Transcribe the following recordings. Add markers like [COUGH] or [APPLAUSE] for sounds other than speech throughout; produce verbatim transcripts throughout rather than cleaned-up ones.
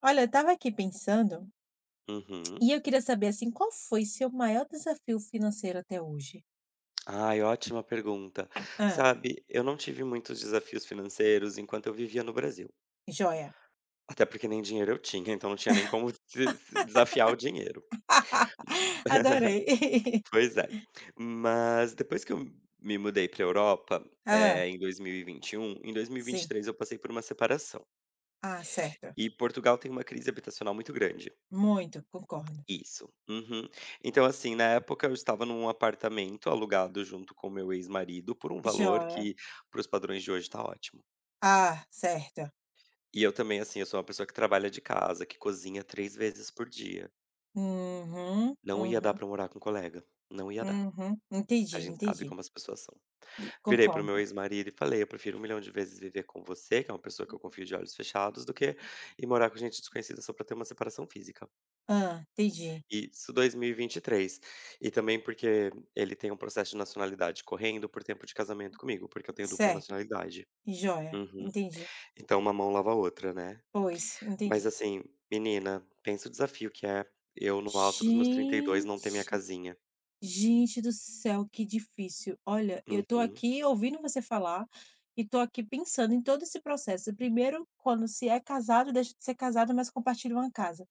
Olha, eu estava aqui pensando, e Uhum. eu queria saber assim, qual foi seu maior desafio financeiro até hoje? Ai, ótima pergunta. Hã, Sabe, eu não tive muitos desafios financeiros enquanto eu vivia no Brasil. Joia. Até porque nem dinheiro eu tinha, então não tinha nem como [LAUGHS] se- se desafiar o dinheiro. [LAUGHS] Adorei. [LAUGHS] Pois é. Mas depois que eu me mudei para Europa, Ah, eh, em dois mil e e vinte e um, em dois mil e e vinte e sim. três, eu passei por uma separação. Ah, certo. E Portugal tem uma crise habitacional muito grande. Muito, concordo. Isso. Uhum. Então, assim, na época eu estava num apartamento alugado junto com meu ex-marido por um valor Joia. que, para os padrões de hoje, tá ótimo. Ah, certo. E eu também, assim, eu sou uma pessoa que trabalha de casa, que cozinha três vezes por dia. Uhum, Não ia dar uhum, pra morar com um colega, não ia dar. uhum. Entendi, A gente sabe entendi. como as pessoas são. E Virei para o concordo. meu ex-marido e falei: "Eu prefiro um milhão de vezes viver com você, que é uma pessoa que eu confio de olhos fechados, do que ir morar com gente desconhecida só pra ter uma separação física". Ah, entendi. Isso, dois mil e vinte e três. E vinte e três. E também porque ele tem um processo de nacionalidade correndo por tempo de casamento comigo, porque eu tenho dupla Certo. nacionalidade. Joia, Uhum. entendi. Então uma mão lava a outra, né. Pois, entendi. Mas assim, menina, pensa o desafio que é eu no alto dos meus trinta e dois não ter minha Gente. casinha. Gente do céu, que difícil. Olha, eu tô Uhum. aqui ouvindo você falar e tô aqui pensando em todo esse processo. Primeiro, quando se é casado, deixa de ser casado, mas compartilha uma casa.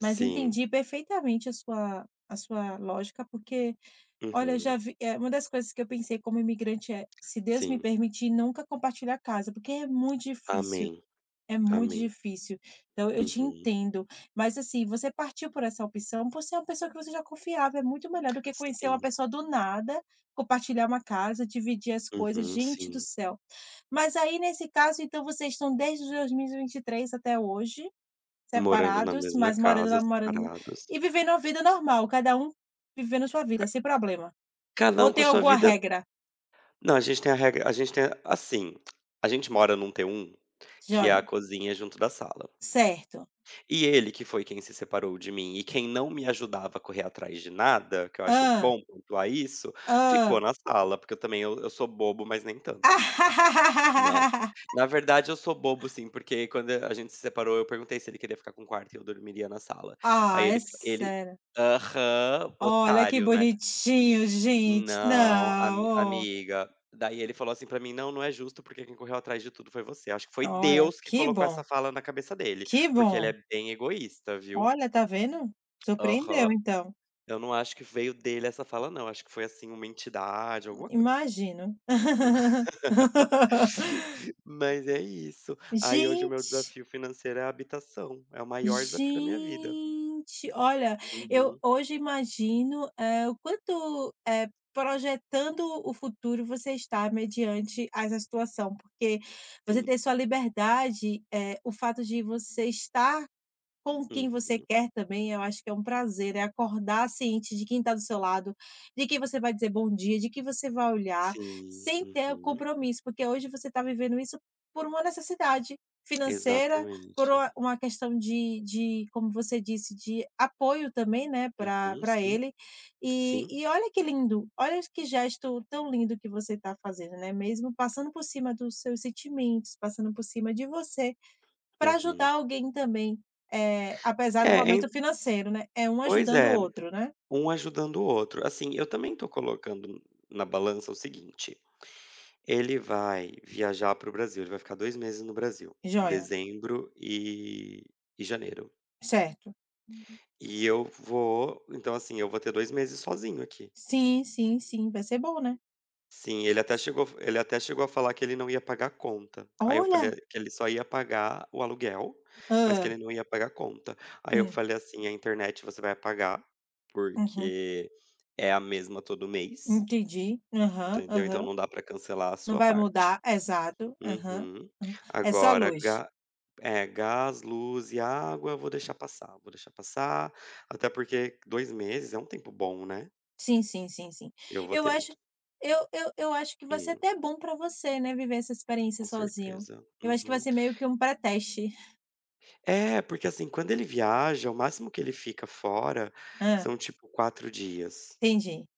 Mas Sim. entendi perfeitamente a sua, a sua lógica, porque, olha, eu já Uhum. vi, é uma das coisas que eu pensei como imigrante é, se Deus me Sim. permitir, nunca compartilhar casa, porque é muito difícil. Amém. É muito Amém. difícil. Então eu te Uhum. entendo. Mas, assim, você partiu por essa opção por ser uma pessoa que você já confiava. É muito melhor do que conhecer uma Sim. pessoa do nada, compartilhar uma casa, dividir as coisas. Uhum, Gente do sim. céu. Mas aí, nesse caso, então vocês estão desde dois mil e e vinte e três até hoje, Morando na separados, mesma mas morando casa, lá, morando na separados. e vivendo a vida normal, cada um vivendo sua Ca vida, sem problema. cada Ou um com tem a sua alguma vida. regra? Não, a gente tem a regra, a gente tem a- assim, a gente mora num tê um, que é a Joia. cozinha junto da sala. Certo. E ele que foi quem se separou de mim e quem não me ajudava a correr atrás de nada, que eu acho Ah, bom pontuar isso, ficou ah. na sala, porque eu também eu eu sou bobo, mas nem tanto, né. [LAUGHS] Na verdade eu sou bobo sim, porque quando a gente se separou eu perguntei se ele queria ficar com o quarto e eu dormiria na sala. Aí Ah, é ele ele sério? aham, Olha que otário, né. bonitinho, gente. Não, Não, ami ó. amiga, daí ele falou assim pra mim: "Não, não é justo, porque quem correu atrás de tudo foi você". Acho que foi Olha, Deus que que colocou bom, essa fala na cabeça dele, que porque ele bom. é bem egoísta, viu. Olha, tá vendo? Surpreendeu Aham. então, Eu não acho que veio dele essa fala não, acho que foi, assim, uma entidade, alguma coisa. imagino. [LAUGHS] [LAUGHS] Mas é isso. Aí hoje o meu Gente, desafio financeiro é a habitação, é o maior desafio da minha vida. gente, olha, eu Uhum, hoje imagino, eh, o quanto, eh, projetando o futuro você está mediante a essa situação, porque você sim. ter sua liberdade, eh, o fato de você estar com quem você Uhum, quer também, eu acho que é um prazer, é acordar ciente de quem está do seu lado, de quem você vai dizer bom dia, de quem você vai olhar, sim, sem ter o uhum, compromisso, porque hoje você está vivendo isso por uma necessidade financeira, por exatamente. uma uma questão de de, como você disse, de apoio também, né, para Uhum, pra sim, ele. E sim, e olha que lindo, olha que gesto tão lindo que você está fazendo, né, mesmo passando por cima dos seus sentimentos, passando por cima de você para uhum. ajudar alguém também, eh, apesar do É, en momento financeiro, né, é um Pois ajudando o é, outro, né. um ajudando o outro. Assim, eu também tô colocando na balança o seguinte. Ele vai viajar para o Brasil, ele vai ficar dois meses no Brasil, Joia, dezembro e e janeiro. certo. E eu vou então, assim, eu vou ter dois meses sozinho aqui. Sim, sim, sim, vai ser bom, né. Sim, ele até chegou ele até chegou a falar que ele não ia pagar conta. Aí eu falei Olha! que ele só ia pagar o aluguel, mas que Hã. ele não ia pagar conta. Aí eu Hum, falei assim: "A internet você vai pagar, uhum. porque é a mesma todo mês, Entendi. Aham, entendeu? Então aham. não dá para cancelar a Não sua vai parte". mudar, exato. Aham, Uhum. aham. É só Agora luz. ga É, gás, luz e água, eu vou deixar passar, vou deixar passar, até porque dois meses é um tempo bom, né. Sim, sim, sim, sim. Eu vou Eu ter. acho eu eu eu acho que vai ser Sim, até bom para você, né, viver essa experiência com sozinho. certeza. Eu acho que vai Uhum. ser meio que um pré-teste. É, porque assim, quando ele viaja, o máximo que ele fica fora Hã, são tipo quatro dias. entendi.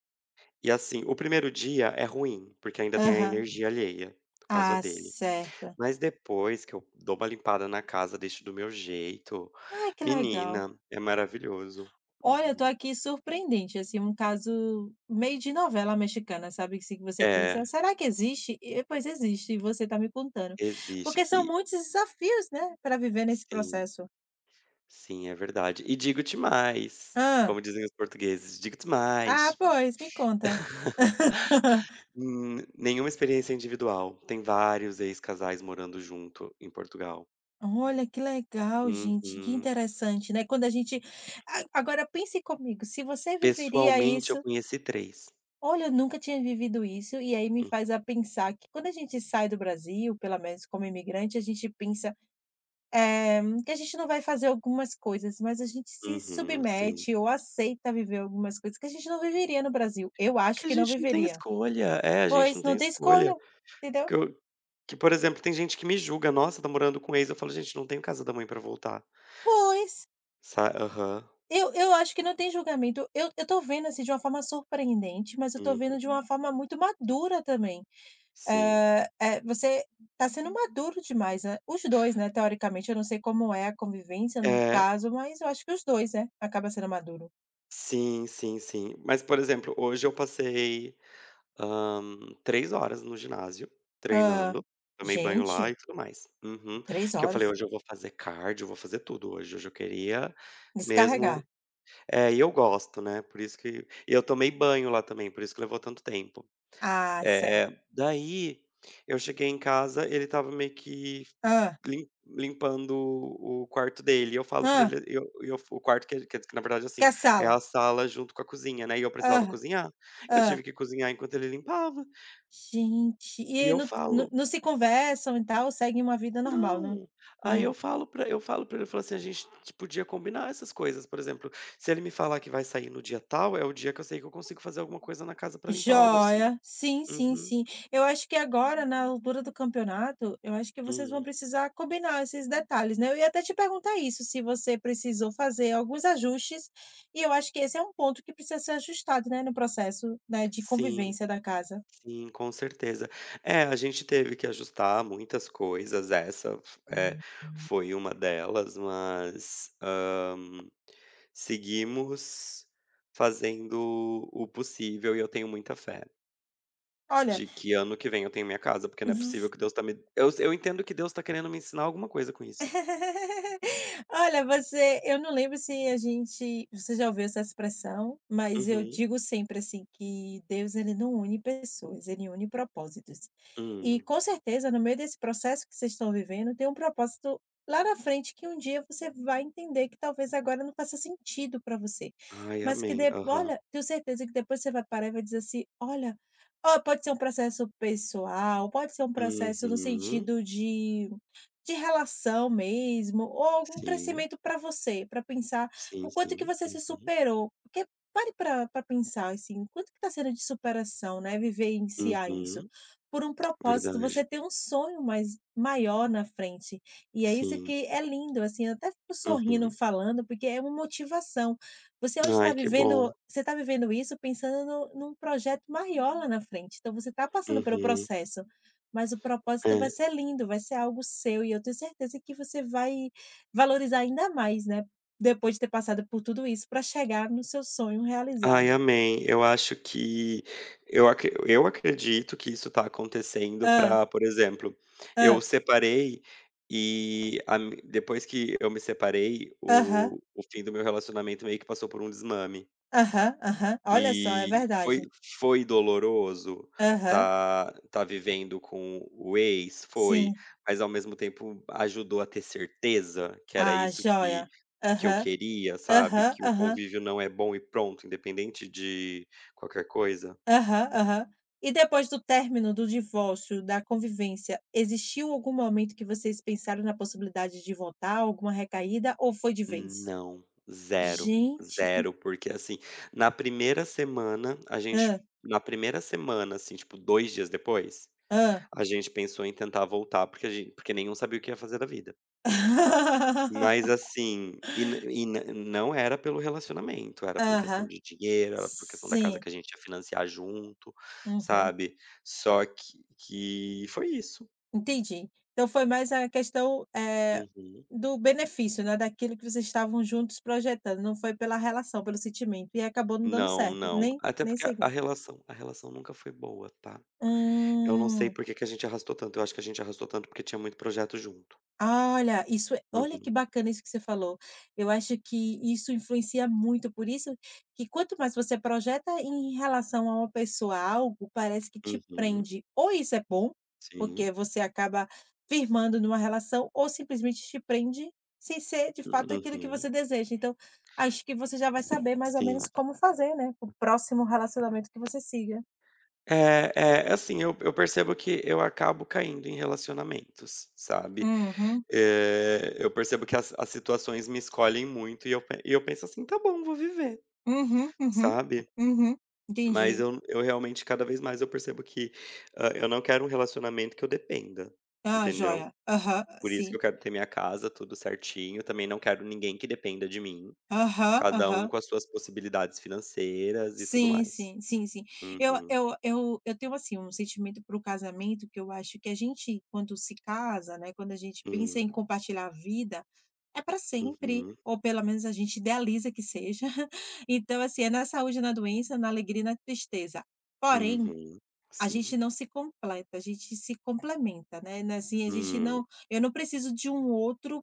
E assim, o primeiro dia é ruim, porque ainda tem a Aham. energia alheia, no caso a Ah, dele. certo. Mas depois que eu dou uma limpada na casa, deixo do meu jeito, Ai, que legal. menina, é maravilhoso. Olha, eu tô Uhum. aqui surpreendente, assim, um caso meio de novela mexicana, sabe? Assim, que você É, pensa, será que existe? E, pois existe, e você tá me contando. Porque existe. são E muitos desafios, né, para viver nesse sim, processo. sim, é verdade. E digo-te mais, Ah, como dizem os portugueses, digo-te ah, mais. pois, me conta. [LAUGHS] [LAUGHS] Hum, nenhuma experiência individual, tem vários ex-casais morando junto em Portugal. Olha, que legal, gente, que Uhum. interessante, né? Quando a gente. A- Agora pense comigo, se você viveria Pessoalmente eu isso, conheci três. olha, eu nunca tinha vivido isso, e aí me Hum, faz a pensar que quando a gente sai do Brasil, pelo menos como imigrante, a gente pensa Eh, que a gente não vai fazer algumas coisas, mas a gente se Uhum, sim. submete ou aceita viver algumas coisas que a gente não viveria no Brasil. Eu acho Que a que não gente não tem viveria, escolha, é, a gente pois não não tem tem escolha, escolha. entendeu? Que eu que, por exemplo, tem gente que me julga: "Nossa, tá morando com ex", eu falo: "Gente, não tenho casa da mãe pra voltar", Pois, sa aham, eu eu acho que não tem julgamento. Eu eu tô vendo, assim, de uma forma surpreendente, mas eu tô uhum, vendo de uma forma muito madura também. sim. Eh eh, você tá sendo maduro demais, né, os dois, né, teoricamente, eu não sei como é a convivência no É. caso, mas eu acho que os dois né, acaba sendo maduro. Sim, sim, sim. Mas, por exemplo, hoje eu passei, hã, 3 horas no ginásio Hã, treinando, tomei banho lá gente, e tudo mais. Uhum. três Que eu falei: horas. "Hoje eu vou fazer cardio, vou fazer tudo hoje, hoje eu queria Descarregar. mesmo". É, e eu gosto, né, por isso que e eu tomei banho lá também, por isso que levou tanto tempo. Ah, certo. Eh, daí eu cheguei em casa, ele estava meio que Ah, Lim limpando o quarto dele. E eu falo pra ah, ele eu eu o quarto que que que, na verdade, que assim, a é sala. a sala junto com a cozinha, né, e eu Ah, precisava cozinhar. Eu ah. tive que cozinhar enquanto ele limpava. Gente, e E aí eu não falo: não não se conversam e tal, seguem uma vida normal, não? "Não". Aí Hum, eu falo pra eu falo para ele, eu falo assim: "A gente podia combinar essas coisas". Por exemplo, se ele me falar que vai sair no dia tal, é o dia que eu sei que eu consigo fazer alguma coisa na casa pra limpar, algo assim. joia. Sim, sim, Uhum. sim. Eu acho que agora na altura do campeonato, eu acho que vocês vão Hum. precisar combinar esses detalhes, né. Eu ia até te perguntar isso, se você precisou fazer alguns ajustes, e eu acho que esse é um ponto que precisa ser ajustado, né, no processo, né, de Sim. convivência da casa. Sim, com certeza. É, a gente teve que ajustar muitas coisas, essa f eh, foi uma delas, mas, hã, seguimos fazendo o possível e eu tenho muita fé Olha. de que ano que vem eu tenho minha casa, porque não é possível que Deus tá me eu eu entendo que Deus tá querendo me ensinar alguma coisa com isso. [LAUGHS] Olha, você eu não lembro se a gente você já ouviu essa expressão, mas eu Uhum. digo sempre, assim, que Deus ele não une pessoas, ele une propósitos. E Hum. com certeza, no meio desse processo que vocês estão vivendo, tem um propósito lá na frente que um dia você vai entender que talvez agora não faça sentido para você, Ai, mas que amém. de Aham. olha, tenho certeza que depois você vai parar e vai dizer assim: "Olha". Ó, pode ser um processo pessoal, pode ser um processo no Uhum. sentido de de relação mesmo, ou algum Sim. crescimento para você, para pensar Sim, o quanto que sim. você se Uhum. superou. Porque pare para pra pensar, assim, quanto que está sendo de superação, né, vivenciar isso. Uhum. Por um propósito, Verdade. você tem um sonho mais maior na frente. E é isso Sim. que é lindo, assim, eu até fico sorrindo Uhum. falando, porque é uma motivação. Você hoje está Ai, que bom. vivendo você está vivendo isso pensando no num projeto maior lá na frente, então você está passando pelo Uhum. processo. Mas o propósito vai É. ser lindo, vai ser algo seu e eu tenho certeza que você vai valorizar ainda mais, né, depois de ter passado por tudo isso para chegar no seu sonho Ai, realizado. amém. Eu acho que eu acre eu acredito que isso está acontecendo Ah, para, por exemplo, eu ah, separei e a mi depois que eu me separei, aham, o o fim do meu relacionamento meio que passou por um desmame. aham, aham. Olha só, é E verdade. foi foi doloroso Aham, tá tá vivendo com o ex? Foi, sim. mas ao mesmo tempo ajudou a ter certeza que era Ah, isso que joia. que eu Aham, queria, sabe, aham, que o aham, convívio não é bom e pronto, independente de qualquer coisa? aham, aham. E depois do término, do divórcio, da convivência, existiu algum momento que vocês pensaram na possibilidade de voltar, alguma recaída ou foi de vez? Não, zero, Gente, que. zero porque assim, na primeira semana a gente Hã, na primeira semana, assim, tipo dois dias depois, hã. a gente pensou em tentar voltar, porque a gente porque nenhum sabia o que ia fazer da vida. Mas [LAUGHS] assim, e n e n não era pelo relacionamento, era por questão Aham, de dinheiro, era por questão da casa sim, que a gente ia financiar junto, uhum, sabe. Só que que foi isso. entendi. Então foi mais a questão, eh, Uhum. do benefício, né, daquilo que vocês estavam juntos projetando, não foi pela relação, pelo sentimento, e acabou não dando Não, certo, não. nem Até nem porque a a seguiu. relação a relação nunca foi boa, tá. Eu não sei Hum. por que que a gente arrastou tanto, eu acho que a gente arrastou tanto porque tinha muito projeto junto. Olha, isso é olha que Uhum, bacana isso que você falou. Eu acho que isso influencia muito, por isso que quanto mais você projeta em relação a uma pessoa algo, parece que te uhum, prende. Ou isso é bom, sim, porque você acaba firmando numa relação, ou simplesmente te prende sem ser de fato aquilo que você uhum, deseja. Então, acho que você já vai saber mais ou menos sim. como fazer, né, o próximo relacionamento que você siga. É é, assim, eu eu percebo que eu acabo caindo em relacionamentos, sabe. Uhum, Eh, eu percebo que as as situações me escolhem muito e eu pe e eu penso assim: "Tá bom, vou viver", uhum, uhum, sabe. uhum. Mas Entendi. eu eu realmente cada vez mais eu percebo que, hã, eu não quero um relacionamento que eu dependa, Ah, entendeu. joia. Aham, Por isso que sim. eu quero ter minha casa, tudo certinho, também não quero ninguém que dependa de mim, Aham, cada um aham. com as suas possibilidades financeiras e tudo Sim, mais. sim, sim, sim. Eu Uhum. eu eu eu tenho, assim, um sentimento para o casamento que eu acho que a gente, quando se casa, né, quando a gente pensa em Hum. compartilhar a vida, é para sempre, Uhum. ou pelo menos a gente idealiza que seja. [LAUGHS] Então, assim, é na saúde, na doença, na alegria e na tristeza. Porém, Uhum. a gente Sim. não se completa, a gente se complementa, né, na assim, a gente Hum. não eu não preciso de um outro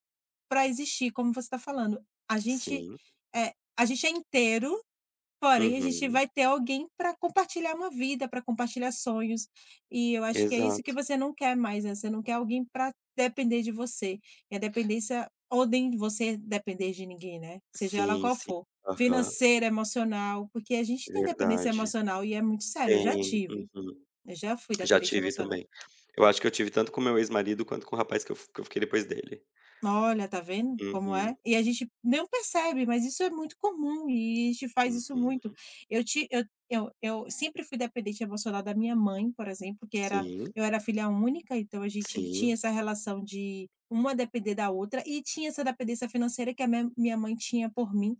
para existir, como você está falando. A gente, Sim. é, a gente é inteiro. Porém, a gente Uhum. vai ter alguém para compartilhar uma vida, para compartilhar sonhos, e eu acho que é isso que Exato. você não quer mais, né, você não quer alguém para depender de você, e a dependência odeia você depender de ninguém, né, seja ela Sim, qual sim. for, Aham. financeira, emocional, porque a gente tem dependência Verdade. emocional e é muito sério, eu já Tem, tive, uhum. eu já fui Já dependente tive emocional. também. Eu acho que eu tive tanto com meu ex-marido quanto com o rapaz que eu que eu fiquei depois dele. Olha, tá vendo como é? Uhum, E a gente não percebe, mas isso é muito comum e a gente faz isso uhum. muito. Eu te, eu eu eu sempre fui dependente emocional da minha mãe, por exemplo, que era Sim, eu era filha única, então a gente tinha sim. essa relação de uma depender da outra e tinha essa dependência financeira que a minha minha mãe tinha por mim.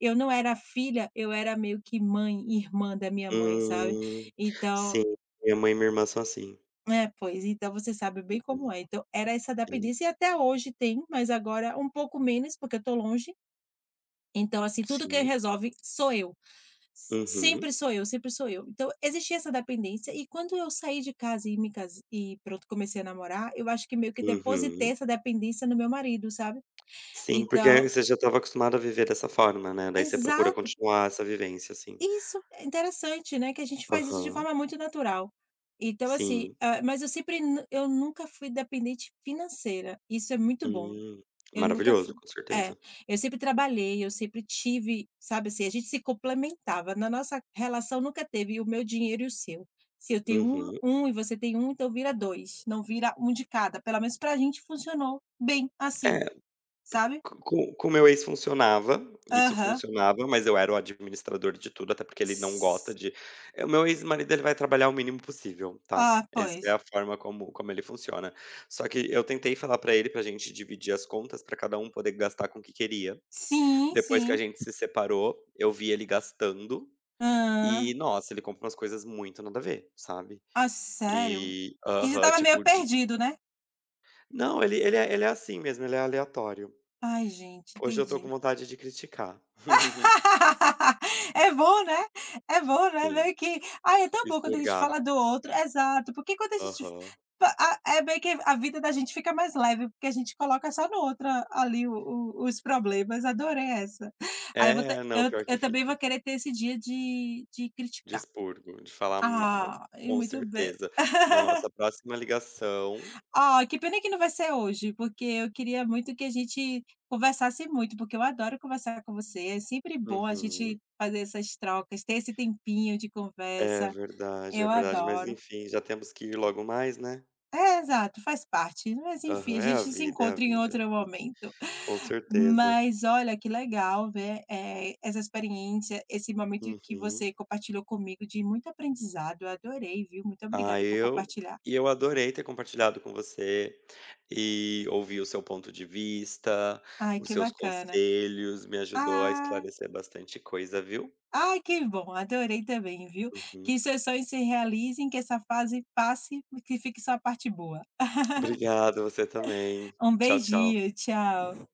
Eu não era filha, eu era meio que mãe, irmã da minha mãe, sabe? Hum, Então sim, minha mãe e minha irmã são assim. é, pois, então você sabe bem como Uhum, é. Então, era essa sim, dependência e até hoje tem, mas agora um pouco menos, porque eu tô longe. Então, assim, tudo que sim. resolve sou eu. S Uhum, Sempre sou eu, sempre sou eu. Então, existia essa dependência e quando eu saí de casa e me casei e pronto, comecei a namorar, eu acho que meio que depositei uhum. essa dependência no meu marido, sabe. Sim, Então porque você já estava acostumado a viver dessa forma, né, daí você procura exato, continuar essa vivência, assim. isso é interessante, né, que a gente faz isso de Aham, forma muito natural. Então, assim, sim. hã, mas eu sempre nu eu nunca fui dependente financeira, isso é muito bom. Hum, Eu nunca maravilhoso, fu com é, certeza. eu sempre trabalhei, eu sempre tive, sabe assim, a gente se complementava, na nossa relação nunca teve o meu dinheiro e o seu. Se eu tenho um Uhum. um e você tem um, então vira dois, não vira um de cada, pelo menos pra gente funcionou bem assim, É. sabe. com com o meu ex funcionava, isso Aham. funcionava, mas eu era o administrador de tudo, até porque ele não gosta S de eh, o meu ex-marido, ele vai trabalhar o mínimo possível, tá. Ah, Essa é pois. a forma como como ele funciona. Só que eu tentei falar pra ele pra gente dividir as contas, pra cada um poder gastar com o que queria. Sim, Depois que a sim. gente se separou, eu vi ele gastando Hã. e, nossa, ele compra umas coisas muito nada a ver, sabe. Ah, sério? E Que já aham, estava meio tipo de perdido, né. não, ele ele é ele é assim mesmo, ele é aleatório. Ai, gente, Hoje eu tô entendi. com vontade de criticar. [LAUGHS] [LAUGHS] É bom, né? É bom, né? Sim, Meio que "Ai, é tão bom quando a gente expurgar. fala do outro", exato, porque quando a gente Aham. fa a é meio que a vida da gente fica mais leve, porque a gente coloca só no outro ali o o os problemas. Adorei essa. Aí eu vou ter É, não, eu pior que eu também vou fica. querer ter esse dia de de De criticar. expurgo, de falar mal, Ai, com muito bem. certeza. Na [LAUGHS] nossa próxima ligação. Ó, que pena que não vai ser hoje, porque eu queria muito que a gente conversasse muito, porque eu adoro conversar com você, é sempre bom a Uhum. gente fazer essas trocas, ter esse tempinho de É conversa, verdade, eu é verdade. Mas adoro. enfim, já temos que ir logo mais, né. É, exato, faz parte, mas enfim, Aham, a é a gente se vida, é a encontra em vida. outro momento. Com certeza. Mas olha, que legal ver, eh, essa experiência, esse momento que Uhum. você compartilhou comigo de muito aprendizado, eu adorei, viu. Muito Ah, obrigada por eu compartilhar. e eu adorei ter compartilhado com você e ouvir o seu ponto de vista, Ai, os que seus bacana. conselhos, me ajudou a Ah esclarecer bastante coisa, viu. Ai, que bom, adorei também, viu. Uhum. Que seus sonhos se realizem, que essa fase passe, que fique só a parte boa. Obrigado, você também. Um Tchau, tchau. beijinho, tchau.